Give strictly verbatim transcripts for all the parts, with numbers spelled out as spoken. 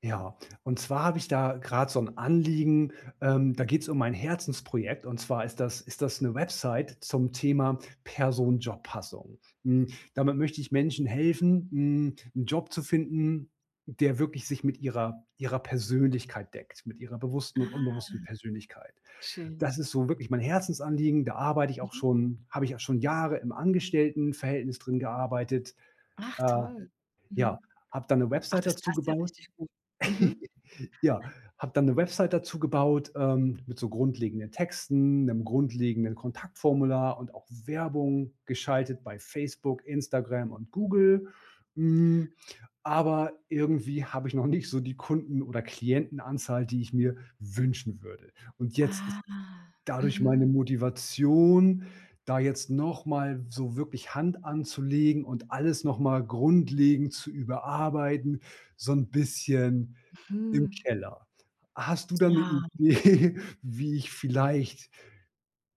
Ja, und zwar habe ich da gerade so ein Anliegen, ähm, da geht es um mein Herzensprojekt und zwar ist das ist das eine Website zum Thema Person-Job-Passung. Hm, damit möchte ich Menschen helfen, hm, 'n Job zu finden, der wirklich sich mit ihrer ihrer Persönlichkeit deckt, mit ihrer bewussten und Ah, unbewussten Persönlichkeit. schön. Das ist so wirklich mein Herzensanliegen, da arbeite ich auch Mhm. schon habe ich auch schon Jahre im Angestelltenverhältnis drin gearbeitet. Ach Äh, toll. ja, Mhm. habe dann eine Ach, Website das dazu passt ja gebaut. richtig gut. Mhm. Ja, habe dann 'ne Website dazu gebaut, ähm, mit so grundlegenden Texten, 'nem grundlegenden Kontaktformular und auch Werbung geschaltet bei Facebook, Instagram und Google. Hm, aber irgendwie habe ich noch nicht so die Kunden oder Klientenanzahl, die ich mir wünschen würde. Und jetzt Ah, ist dadurch meine mhm, Motivation, da jetzt noch mal so wirklich Hand anzulegen und alles noch mal grundlegend zu überarbeiten, so 'n bisschen im mhm. Keller. Hast du da 'ne Ja. Idee, wie ich vielleicht,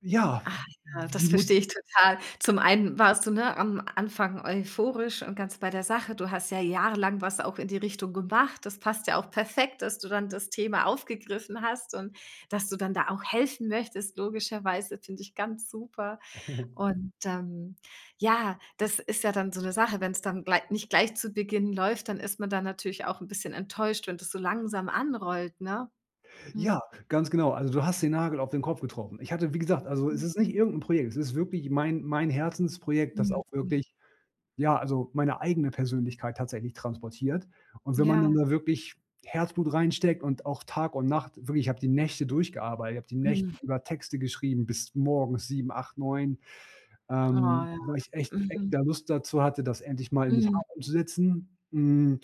ja, Ah ja, das die Mut, verstehe ich total. Zum einen warst du, ne, am Anfang euphorisch und ganz bei der Sache. Du hast ja jahrelang was auch in die Richtung gemacht. Das passt ja auch perfekt, dass du dann das Thema aufgegriffen hast und dass du dann da auch helfen möchtest, logischerweise, finde ich ganz super. Und, ähm, ja, das ist ja dann so eine Sache, wenn es dann glei nicht gleich zu Beginn läuft, dann ist man dann natürlich auch ein bisschen enttäuscht, wenn das so langsam anrollt, ne? ja. Mhm. Ganz genau. Also, du hast den Nagel auf den Kopf getroffen. Ich hatte, wie gesagt, also, es ist nicht irgend 'n Projekt. Es ist wirklich mein mein Herzensprojekt, das Mhm. auch wirklich, ja, also, meine eigene Persönlichkeit tatsächlich transportiert. Und wenn man dann Ja. da wirklich Herzblut reinsteckt und auch Tag und Nacht wirklich, ich habe die Nächte durchgearbeitet. Ich habe die Nächte Mhm. über Texte geschrieben bis morgens sieben acht neun. Ähm, Oh. weil ich echt echt Mhm, da Lust dazu hatte, das endlich mal in die Tat mhm, umzusetzen. Hm,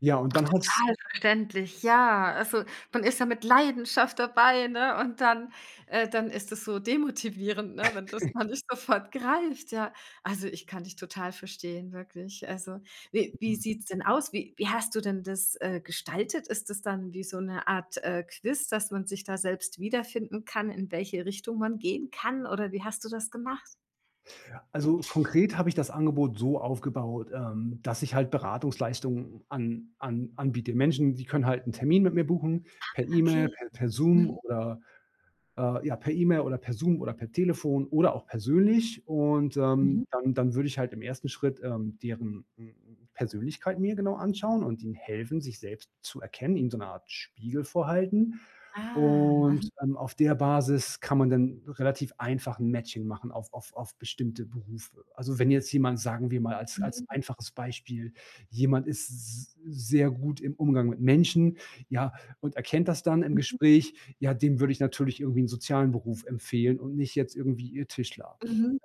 ja, und dann hat's total verständlich, ja. Also, man ist ja mit Leidenschaft dabei, ne, und dann äh, dann ist es so demotivierend, ne, wenn das dann nicht sofort greift, ja. Also, ich kann dich total verstehen, wirklich. Also, wie wie sieht's denn aus? Wie wie hast du denn das, äh, gestaltet? Ist es dann wie so eine Art, äh, Quiz, dass man sich da selbst wiederfinden kann, in welche Richtung man gehen kann, oder wie hast du das gemacht? also, konkret habe ich das Angebot so aufgebaut, ähm, dass ich halt Beratungsleistungen an an anbiete. Menschen, die können halt 'n Termin mit mir buchen, per E-Mail, Okay. per per Zoom Mhm, oder äh, ja, per E-Mail oder per Zoom oder per Telefon oder auch persönlich. Und ähm, mhm. dann, dann würde ich halt im ersten Schritt ähm, deren mm, Persönlichkeit mir genau anschauen und ihnen helfen, sich selbst zu erkennen, ihnen so eine Art Spiegel vorhalten. Ah, aha, Und ähm, auf der Basis kann man dann relativ einfach ein Matching machen auf, auf, auf bestimmte Berufe. Also wenn jetzt jemand, sagen wir mal als, als mhm, einfaches Beispiel, jemand ist s- sehr gut im Umgang mit Menschen, ja, und erkennt das dann im mhm, Gespräch, ja, dem würde ich natürlich irgendwie einen sozialen Beruf empfehlen und nicht jetzt irgendwie ihr Tischler. mhm.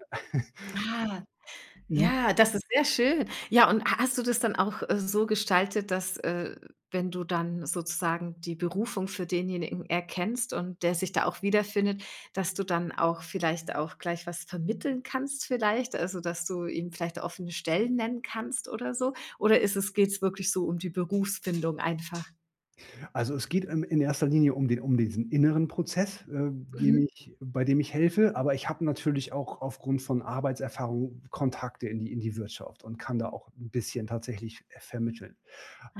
Ah. Mhm. Ja, das ist sehr schön. Ja, und ha hast du das dann auch, äh, so gestaltet, dass, äh, wenn du dann sozusagen die Berufung für denjenigen erkennst und der sich da auch wiederfindet, dass du dann auch vielleicht auch gleich was vermitteln kannst vielleicht? Also, dass du ihm vielleicht offene Stellen nennen kannst oder so? Oder ist es geht's wirklich so um die Berufsfindung einfach? Also es geht ähm, in erster Linie um den, um diesen inneren Prozess, äh, dem Mhm. ich, bei dem ich helfe, aber ich habe natürlich auch aufgrund von Arbeitserfahrung Kontakte in die, in die Wirtschaft und kann da auch ein bisschen tatsächlich äh, vermitteln.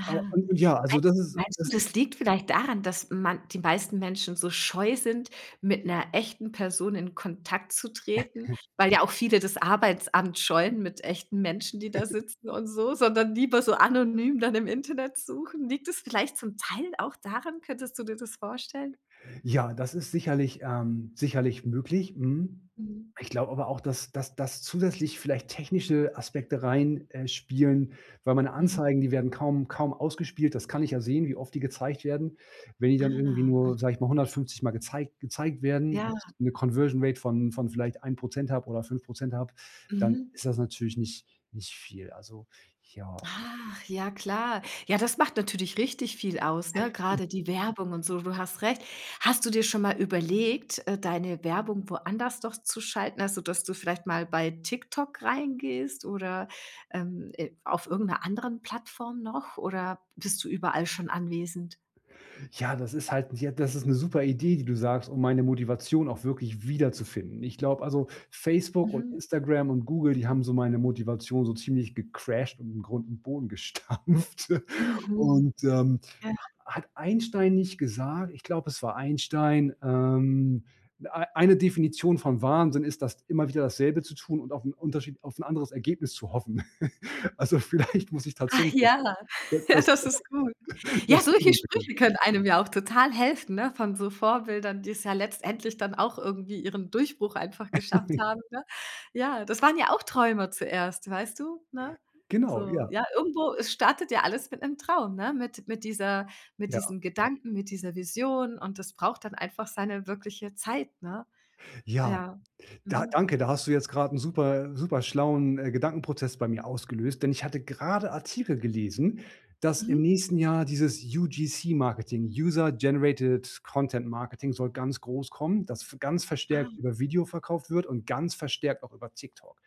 Aber, und, und ja, also das ist, Meinst du, das das liegt vielleicht daran, dass man die meisten Menschen so scheu sind, mit einer echten Person in Kontakt zu treten, weil ja auch viele das Arbeitsamt scheuen mit echten Menschen, die da sitzen und so, sondern lieber so anonym dann im Internet suchen. Liegt es vielleicht zum Teil auch daran? Könntest du dir das vorstellen? ja, das ist sicherlich ähm, sicherlich möglich, mhm. Mhm. Ich glaube aber auch, dass dass dass zusätzlich vielleicht technische Aspekte reinspielen, äh, spielen, weil meine Mhm. Anzeigen, die werden kaum kaum ausgespielt. Das kann ich ja sehen, wie oft die gezeigt werden. Wenn die dann irgendwie Ah, nur, sage ich mal, hundertfünfzig mal gezeigt gezeigt werden und ja. ich 'ne Conversion Rate von von vielleicht ein Prozent habe oder fünf Prozent habe, dann Mhm. ist das natürlich nicht nicht viel. Also, ja. Ach, ja klar. Ja, das macht natürlich richtig viel aus, ne? Gerade die Werbung und so, du hast recht. Hast du dir schon mal überlegt, äh, deine Werbung woanders doch zu schalten? Also, dass du vielleicht mal bei TikTok reingehst oder, ähm, äh, auf irgendeiner anderen Plattform noch oder bist du überall schon anwesend? Ja, das ist halt, ja, das ist eine super Idee, die du sagst, um meine Motivation auch wirklich wiederzufinden. Ich glaube, also, Facebook und Mhm. Instagram und Google, die haben so meine Motivation so ziemlich gecrashed und in Grund und Boden gestampft. Mhm. Und, ähm, Ja. hat Einstein nicht gesagt, ich glaube, es war Einstein, ähm, ei eine Definition von Wahnsinn ist, das immer wieder dasselbe zu tun und auf 'n Unterschied auf 'n anderes Ergebnis zu hoffen. Also, vielleicht muss ich Ach tatsächlich d ja, ja, das das ist gut. Ja, das solche Video bitte. Sprüche können einem ja auch total helfen, ne, von so Vorbildern, die es ja letztendlich dann auch irgendwie ihren Durchbruch einfach geschafft haben, ne? Ja, das waren ja auch Träume zuerst, weißt du, ne? Genau, So, ja, ja, irgendwo es startet ja alles mit 'nem Traum, ne? Mit mit dieser mit ja. diesem Gedanken, mit dieser Vision, und das braucht dann einfach seine wirkliche Zeit, ne? Ja, Ja. da Mhm. danke, da hast du jetzt gerade einen super super schlauen, äh, Gedankenprozess bei mir ausgelöst, denn ich hatte gerade Artikel gelesen, dass Mhm. im nächsten Jahr dieses U G C-Marketing, User Generated Content Marketing, soll ganz groß kommen, das v ganz Ah, verstärkt über Video verkauft wird und ganz verstärkt auch über TikTok.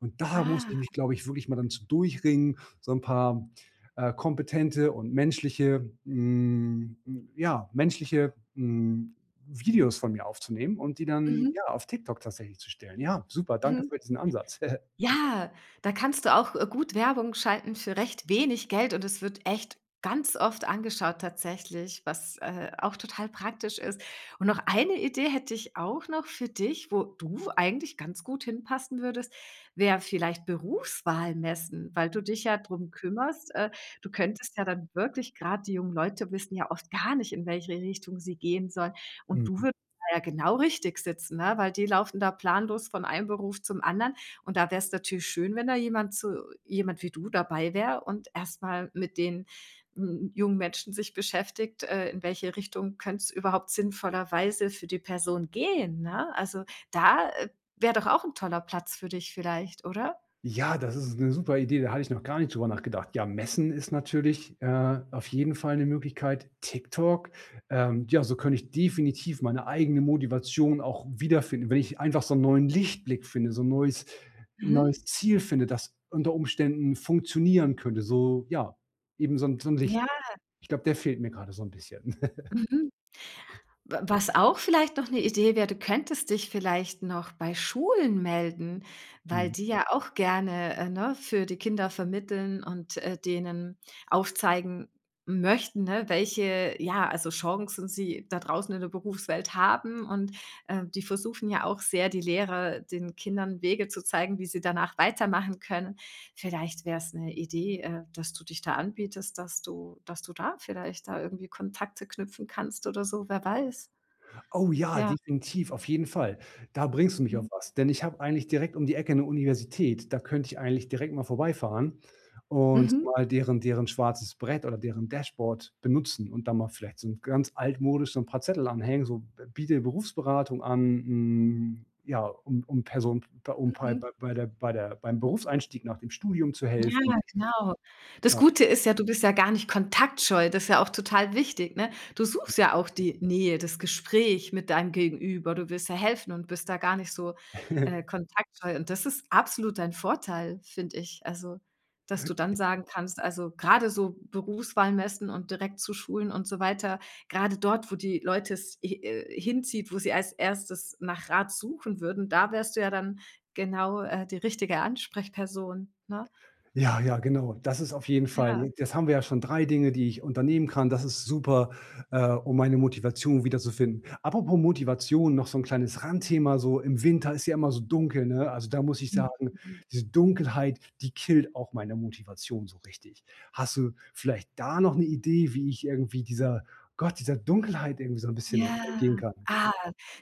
Und da muss ich ah. mich, glaube ich, wirklich mal dann zu durchringen, so ein paar, äh, kompetente und menschliche hm, hm, ja, menschliche, hm, Videos von mir aufzunehmen und die dann, Mhm. ja, auf TikTok tatsächlich zu stellen. Ja, super, danke Mhm. für diesen Ansatz. Ja, da kannst du auch, äh, gut Werbung schalten für recht wenig Geld, und es wird echt ganz oft angeschaut tatsächlich, was, äh, auch total praktisch ist. Und noch eine Idee hätte ich auch noch für dich, wo du eigentlich ganz gut hinpassen würdest, wäre vielleicht Berufswahlmessen, weil du dich ja drum kümmerst. Äh, du könntest ja dann wirklich gerade die jungen Leute wissen ja oft gar nicht, in welche Richtung sie gehen sollen. Und du Mhm. würdest da ja genau richtig sitzen, ne, weil die laufen da planlos von einem Beruf zum anderen. Und da wäre es natürlich schön, wenn da jemand zu jemand wie du dabei wäre und erstmal mit den, hm, jungen Menschen sich beschäftigt, äh, in welche Richtung könnte es überhaupt sinnvollerweise für die Person gehen, ne? Also, da, äh, wäre doch auch ein toller Platz für dich vielleicht, oder? Ja, das ist eine super Idee, da hatte ich noch gar nicht drüber nachgedacht. Ja, messen ist natürlich, äh, auf jeden Fall eine Möglichkeit. TikTok, ähm, ja, so könnte ich definitiv meine eigene Motivation auch wiederfinden. Wenn ich einfach so einen neuen Lichtblick finde, so 'n neues Mhm. neues Ziel finde, das unter Umständen funktionieren könnte, so, ja, eben so ein so ein Licht. Ja, Ich glaube, der fehlt mir gerade so ein bisschen. mhm. Was auch vielleicht noch eine Idee wäre, du könntest dich vielleicht noch bei Schulen melden, weil Mhm. die ja auch gerne, äh, ne, für die Kinder vermitteln und, äh, denen aufzeigen möchten, ne, welche, ja, also, Chancen sie da draußen in der Berufswelt haben und, äh, die versuchen ja auch sehr, die Lehrer den Kindern Wege zu zeigen, wie sie danach weitermachen können. Vielleicht wäre es eine Idee, äh, dass du dich da anbietest, dass du dass du da vielleicht da irgendwie Kontakte knüpfen kannst oder so, wer weiß. Oh ja, Ja. definitiv, auf jeden Fall. Da bringst du mich auf Mhm. was, denn ich habe eigentlich direkt um die Ecke 'ne Universität. Da könnte ich eigentlich direkt mal vorbeifahren und Mhm. mal deren deren schwarzes Brett oder deren Dashboard benutzen und dann mal vielleicht so 'n ganz altmodisch so 'n paar Zettel anhängen, so: „Biete Berufsberatung an, hm, ja, um um Person um bei Mhm. bei der bei der beim Berufseinstieg nach dem Studium zu helfen." Ja, genau. Das Ja. Gute ist ja, du bist ja gar nicht kontaktscheu, das ist ja auch total wichtig, ne? Du suchst ja auch die Nähe, das Gespräch mit deinem Gegenüber. Du willst ja helfen und bist da gar nicht so, äh, kontaktscheu, und das ist absolut dein Vorteil, finde ich. Also, dass du dann sagen kannst also, gerade so Berufswahlmessen und direkt zu Schulen und so weiter, gerade dort, wo die Leute es äh, hinzieht, wo sie als erstes nach Rat suchen würden, da wärst du ja dann genau, äh, die richtige Ansprechperson, ne? Ja, ja, genau. Das ist auf jeden Ja. Fall Das haben wir ja schon drei Dinge, die ich unternehmen kann. Das ist super, äh, um meine Motivation wiederzufinden. Apropos Motivation, noch so ein kleines Randthema, so im Winter ist ja immer so dunkel, ne? Also, da muss ich sagen, Mhm. diese Dunkelheit, die killt auch meine Motivation so richtig. Hast du vielleicht da noch eine Idee, wie ich irgendwie dieser Gott, dieser Dunkelheit irgendwie so ein bisschen Ja. entgehen kann? Ah,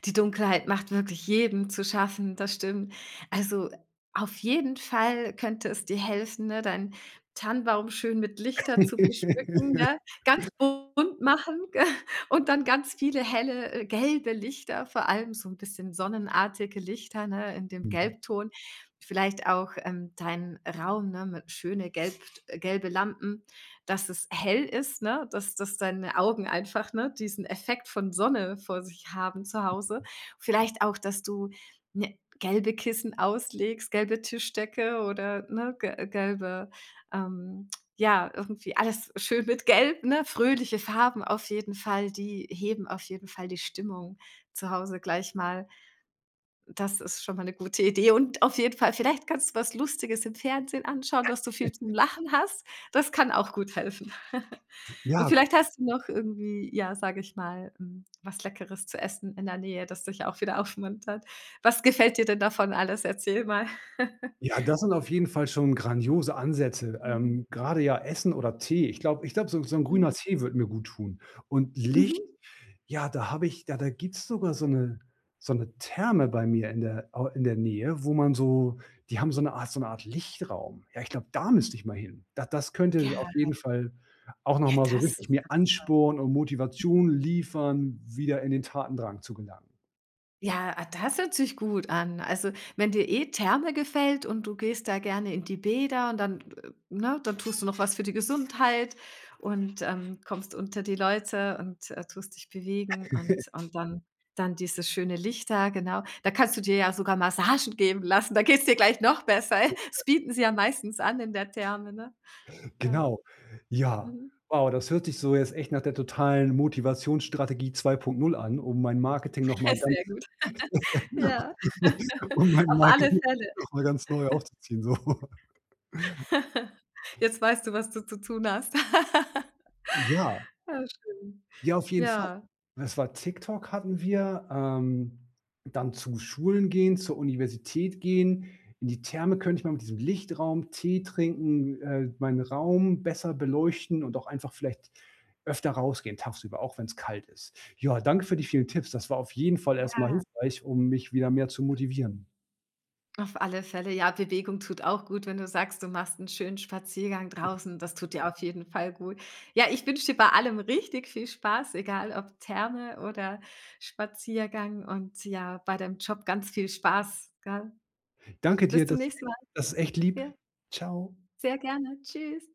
die Dunkelheit macht wirklich jedem zu schaffen, das stimmt. Also, auf jeden Fall könnte es dir helfen, ne, deinen Tannenbaum schön mit Lichter zu beschmücken, ne? Ganz bunt machen und dann ganz viele helle, äh, gelbe Lichter, vor allem so ein bisschen sonnenartige Lichter, ne, in dem Gelbton. Vielleicht auch, ähm, deinen Raum, ne, mit schöne gelb äh, gelbe Lampen, dass es hell ist, ne, dass dass deine Augen einfach, ne, diesen Effekt von Sonne vor sich haben zu Hause. Vielleicht auch, dass du, ne, gelbe Kissen auslegst, gelbe Tischdecke oder, ne, ge gelbe, ähm ja, irgendwie alles schön mit Gelb, ne? Fröhliche Farben auf jeden Fall, die heben auf jeden Fall die Stimmung zu Hause gleich mal, das ist schon mal eine gute Idee, und auf jeden Fall vielleicht kannst du was Lustiges im Fernsehen anschauen, dass du viel zum Lachen hast. Das kann auch gut helfen. Und Ja, vielleicht hast du noch irgendwie, ja, sage ich mal, hm, was Leckeres zu essen in der Nähe, das dich auch wieder aufmuntert. Was gefällt dir denn davon alles? Erzähl mal. ja, das sind auf jeden Fall schon grandiose Ansätze. Ähm, grade ja Essen oder Tee. Ich glaube ich glaube, so so 'n Mhm. grüner Tee würde mir gut tun. Und Licht, Mhm. ja, da habe ich da da gibt's sogar so eine so eine Therme bei mir in der au in der Nähe, wo man so die haben so eine Art so eine Art Lichtraum. Ja, ich glaube, da müsste ich mal hin. Das das könnte auf Ja, jeden Fall auch noch ja, mal so das richtig ist mir ganz. Ansporn und Motivation liefern, wieder in den Tatendrang zu gelangen. Ja, ah, das hört sich gut an. Also, wenn dir eh Therme gefällt und du gehst da gerne in die Bäder, und dann, äh, ne, dann tust du noch was für die Gesundheit und, ähm, kommst unter die Leute und, äh, tust dich bewegen, und und dann dann dieses schöne Licht da, genau. Da kannst du dir ja sogar Massagen geben lassen, da geht's dir gleich noch besser. Das bieten sie ja meistens an in der Therme, ne? Ja. Genau. Ja. Mhm. Wow, das hört sich so jetzt echt nach der totalen Motivationsstrategie zwei Punkt null an, um mein Marketing noch mal ganz Sehr gut. Ja. um mein Auf alle Marketing Fälle. noch mal ganz neu aufzuziehen, so. Jetzt weißt du, was du zu tun hast. Ja. Ja, schön. Ja, auf jeden Fall. Ja, Das war TikTok hatten wir, ähm, dann zu Schulen gehen, zur Universität gehen. In die Therme könnte ich mal mit diesem Lichtraum, Tee trinken, äh, meinen Raum besser beleuchten und auch einfach vielleicht öfter rausgehen tagsüber, auch wenn es kalt ist. Ja, danke für die vielen Tipps. Das war auf jeden Fall erstmal ja, hilfreich, um mich wieder mehr zu motivieren. auf alle Fälle. Ja, Bewegung tut auch gut, wenn du sagst, du machst einen schönen Spaziergang draußen. Das tut dir auf jeden Fall gut. Ja, ich wünsche dir bei allem richtig viel Spaß, egal ob Therme oder Spaziergang, und ja, bei deinem Job ganz viel Spaß, gell? Danke Bis dir, zum das nächsten Mal. das ist echt lieb. Ja, Ciao. sehr gerne. Tschüss.